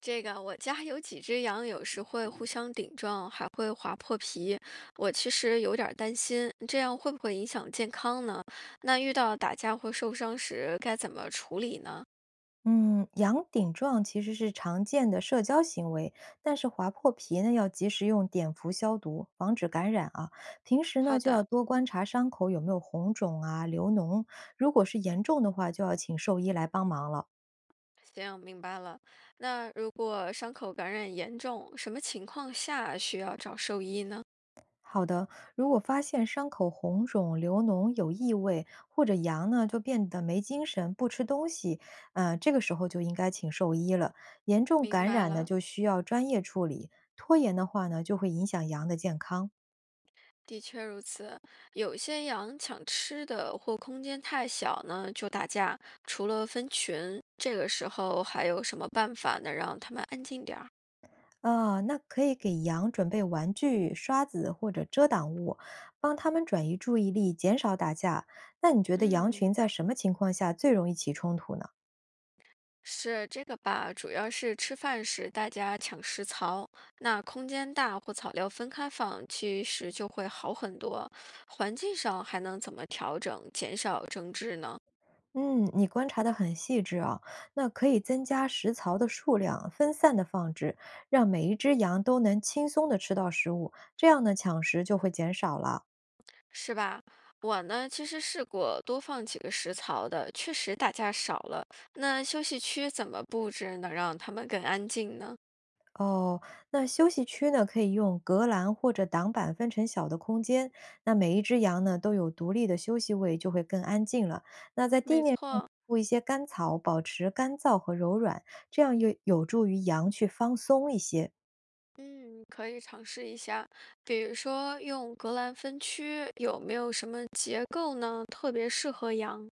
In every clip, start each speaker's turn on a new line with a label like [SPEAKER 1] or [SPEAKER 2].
[SPEAKER 1] 这个我家有几只羊，有时会互相顶撞，还会划破皮。我其实有点儿担心，这样会不会影响健康呢？那遇到打架或受伤时该怎么处理呢？
[SPEAKER 2] 嗯，羊顶撞其实是常见的社交行为，但是划破皮呢，要及时用碘伏消毒，防止感染啊。平时呢，
[SPEAKER 1] 好
[SPEAKER 2] 就要
[SPEAKER 1] 的，
[SPEAKER 2] 多观察伤口有没有红肿啊、流脓，如果是严重的话，就要请兽医来帮忙了。
[SPEAKER 1] 行，明白了。那如果伤口感染严重，什么情况下需要找兽医呢？
[SPEAKER 2] 好的，如果发现伤口红肿、流脓、有异味，或者羊呢就变得没精神、不吃东西，这个时候就应该请兽医了。严重
[SPEAKER 1] 明
[SPEAKER 2] 感
[SPEAKER 1] 白
[SPEAKER 2] 染呢，
[SPEAKER 1] 了。
[SPEAKER 2] 就需要专业处理，拖延的话呢，就会影响羊的健康。
[SPEAKER 1] 的确如此，有些羊抢吃的或空间太小呢，就打架。除了分群，这个时候还有什么办法能让它们安静点儿？
[SPEAKER 2] 啊，那可以给羊准备玩具、刷子或者遮挡物，帮它们转移注意力，减少打架。那你觉得羊群
[SPEAKER 1] 嗯，
[SPEAKER 2] 在什么情况下最容易起冲突呢？
[SPEAKER 1] 是这个吧，主要是吃饭时大家抢食槽，那空间大或草料分开放，其实就会好很多。环境上还能怎么调整，减少争执呢？
[SPEAKER 2] 嗯，你观察的很细致啊。那可以增加食槽的数量，分散的放置，让每一只羊都能轻松的吃到食物，这样呢，抢食就会减少了。
[SPEAKER 1] 是吧？我呢，其实试过多放几个食槽的，确实打架少了。那休息区怎么布置能让他们更安静呢？
[SPEAKER 2] 哦，那休息区呢，可以用隔栏或者挡板分成小的空间。那每一只羊呢，都有独立的休息位，就会更安静了。那在地
[SPEAKER 1] 没
[SPEAKER 2] 面上
[SPEAKER 1] 错，
[SPEAKER 2] 铺一些干草，保持干燥和柔软，这样有助于羊去放松一些。
[SPEAKER 1] 嗯，可以尝试一下，比如说用格兰芬区，有没有什么结构呢？特别适合羊。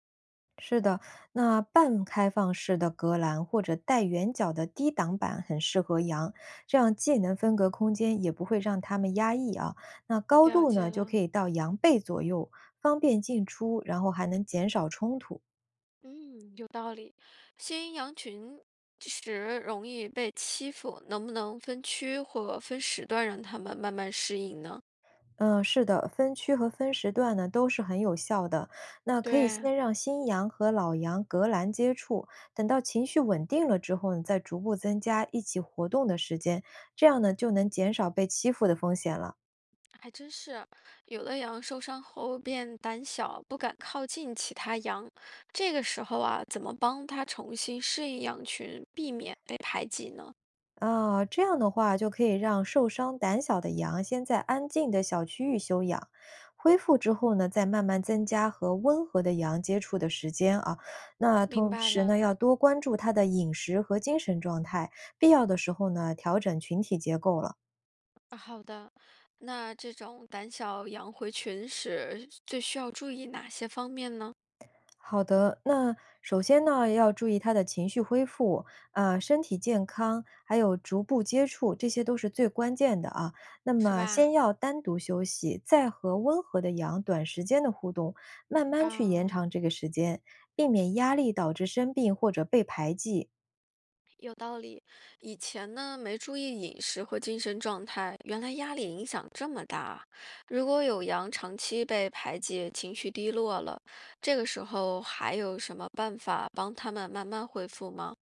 [SPEAKER 2] 是的，那半开放式的隔栏或者带圆角的低挡板很适合羊，这样既能分隔空间，也不会让它们压抑啊。那高
[SPEAKER 1] 了
[SPEAKER 2] 度
[SPEAKER 1] 解
[SPEAKER 2] 呢，就
[SPEAKER 1] 了，
[SPEAKER 2] 可以到羊背左右，方便进出，然后还能减少冲突。
[SPEAKER 1] 嗯，有道理。新羊群时容易被欺负，能不能分区或分时段让它们慢慢适应呢？
[SPEAKER 2] 嗯，是的，分区和分时段呢都是很有效的。那可以
[SPEAKER 1] 对，
[SPEAKER 2] 先让新羊和老羊隔栏接触，等到情绪稳定了之后呢，再逐步增加一起活动的时间，这样呢就能减少被欺负的风险了。
[SPEAKER 1] 还真是，有的羊受伤后变胆小，不敢靠近其他羊。这个时候啊，怎么帮它重新适应羊群，避免被排挤呢？
[SPEAKER 2] 啊，这样的话就可以让受伤胆小的羊先在安静的小区域休养，恢复之后呢，再慢慢增加和温和的羊接触的时间啊。那
[SPEAKER 1] 明
[SPEAKER 2] 同
[SPEAKER 1] 白
[SPEAKER 2] 时
[SPEAKER 1] 了，
[SPEAKER 2] 呢，要多关注它的饮食和精神状态，必要的时候呢，调整群体结构了。
[SPEAKER 1] 啊好的。那这种胆小羊回群时，最需要注意哪些方面呢？
[SPEAKER 2] 好的，那首先呢，要注意他的情绪恢复，啊、身体健康，还有逐步接触，这些都是最关键的啊。那
[SPEAKER 1] 是
[SPEAKER 2] 么，
[SPEAKER 1] 吧？
[SPEAKER 2] 先要单独休息，再和温和的羊短时间的互动，慢慢去延
[SPEAKER 1] 啊。
[SPEAKER 2] 长这个时间，避免压力导致生病或者被排挤。
[SPEAKER 1] 有道理，以前呢没注意饮食和精神状态，原来压力影响这么大啊。如果有羊长期被排解，情绪低落了，这个时候还有什么办法帮他们慢慢恢复吗？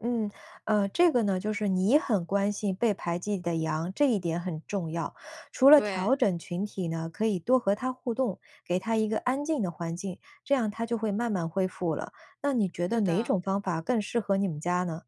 [SPEAKER 2] 嗯，这个呢，就是你很关心被排挤的羊，这一点很重要。除了
[SPEAKER 1] 对，
[SPEAKER 2] 调整群体呢，可以多和它互动，给它一个安静的环境，这样它就会慢慢恢复了。那你觉得
[SPEAKER 1] 是
[SPEAKER 2] 哪
[SPEAKER 1] 的，
[SPEAKER 2] 种方法更适合你们家呢？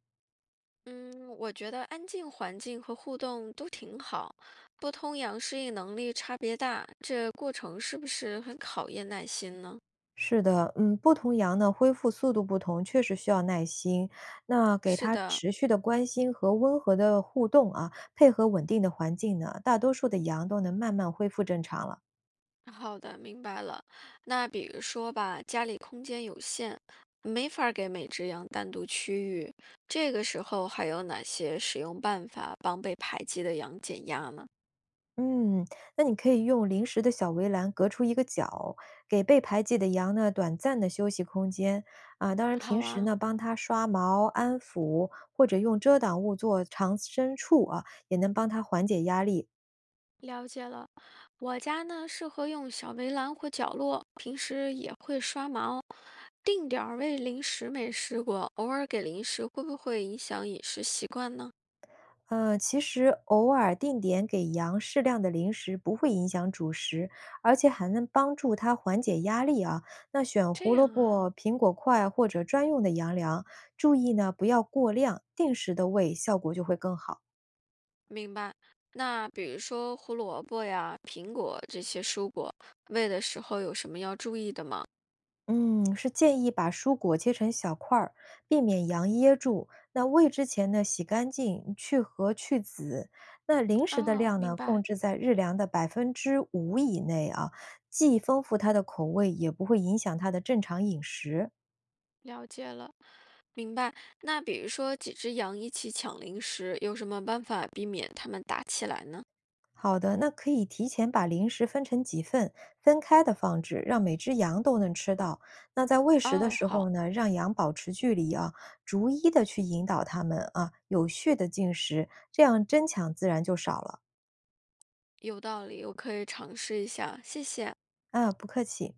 [SPEAKER 1] 嗯，我觉得安静环境和互动都挺好，不同羊适应能力差别大，这过程是不是很考验耐心呢？
[SPEAKER 2] 是的，嗯，不同羊呢，恢复速度不同，确实需要耐心。那给
[SPEAKER 1] 是
[SPEAKER 2] 它
[SPEAKER 1] 的，
[SPEAKER 2] 持续的关心和温和的互动啊，配合稳定的环境呢，大多数的羊都能慢慢恢复正常了。
[SPEAKER 1] 好的，明白了。那比如说吧，家里空间有限，没法儿给每只羊单独区域，这个时候还有哪些使用办法帮被排挤的羊减压呢？
[SPEAKER 2] 嗯，那你可以用临时的小围栏隔出一个角，给被排挤的羊呢短暂的休息空间啊。当然，
[SPEAKER 1] 好
[SPEAKER 2] 平时
[SPEAKER 1] 啊，
[SPEAKER 2] 呢帮它刷毛、安抚，或者用遮挡物做藏身处啊，也能帮它缓解压力。
[SPEAKER 1] 了解了。我家呢适合用小围栏或角落，平时也会刷毛，定点儿喂零食没试过，偶尔给零食会不会影响饮食习惯呢？
[SPEAKER 2] 其实偶尔定点给羊适量的零食不会影响主食，而且还能帮助它缓解压力啊。那选
[SPEAKER 1] 这
[SPEAKER 2] 胡萝
[SPEAKER 1] 样啊，
[SPEAKER 2] 卜、苹果块或者专用的羊粮，注意呢不要过量，定时的喂，效果就会更好。
[SPEAKER 1] 明白。那比如说胡萝卜呀、苹果这些蔬果，喂的时候有什么要注意的吗？
[SPEAKER 2] 嗯，是建议把蔬果切成小块儿，避免羊噎住。那喂之前呢，洗干净，去核去籽。那零食的
[SPEAKER 1] 哦，
[SPEAKER 2] 量
[SPEAKER 1] 明
[SPEAKER 2] 呢，控
[SPEAKER 1] 白，
[SPEAKER 2] 制在日粮的5%以内啊，既丰富它的口味，也不会影响它的正常饮食。
[SPEAKER 1] 了解了。明白。那比如说几只羊一起抢零食，有什么办法避免它们打起来呢？
[SPEAKER 2] 好的，那可以提前把零食分成几份，分开的放置，让每只羊都能吃到。那在喂食的
[SPEAKER 1] 哦，
[SPEAKER 2] 时候
[SPEAKER 1] 好。
[SPEAKER 2] 呢，让羊保持距离啊，逐一的去引导它们啊，有序的进食，这样争抢自然就少了。
[SPEAKER 1] 有道理，我可以尝试一下，谢谢。
[SPEAKER 2] 啊，不客气。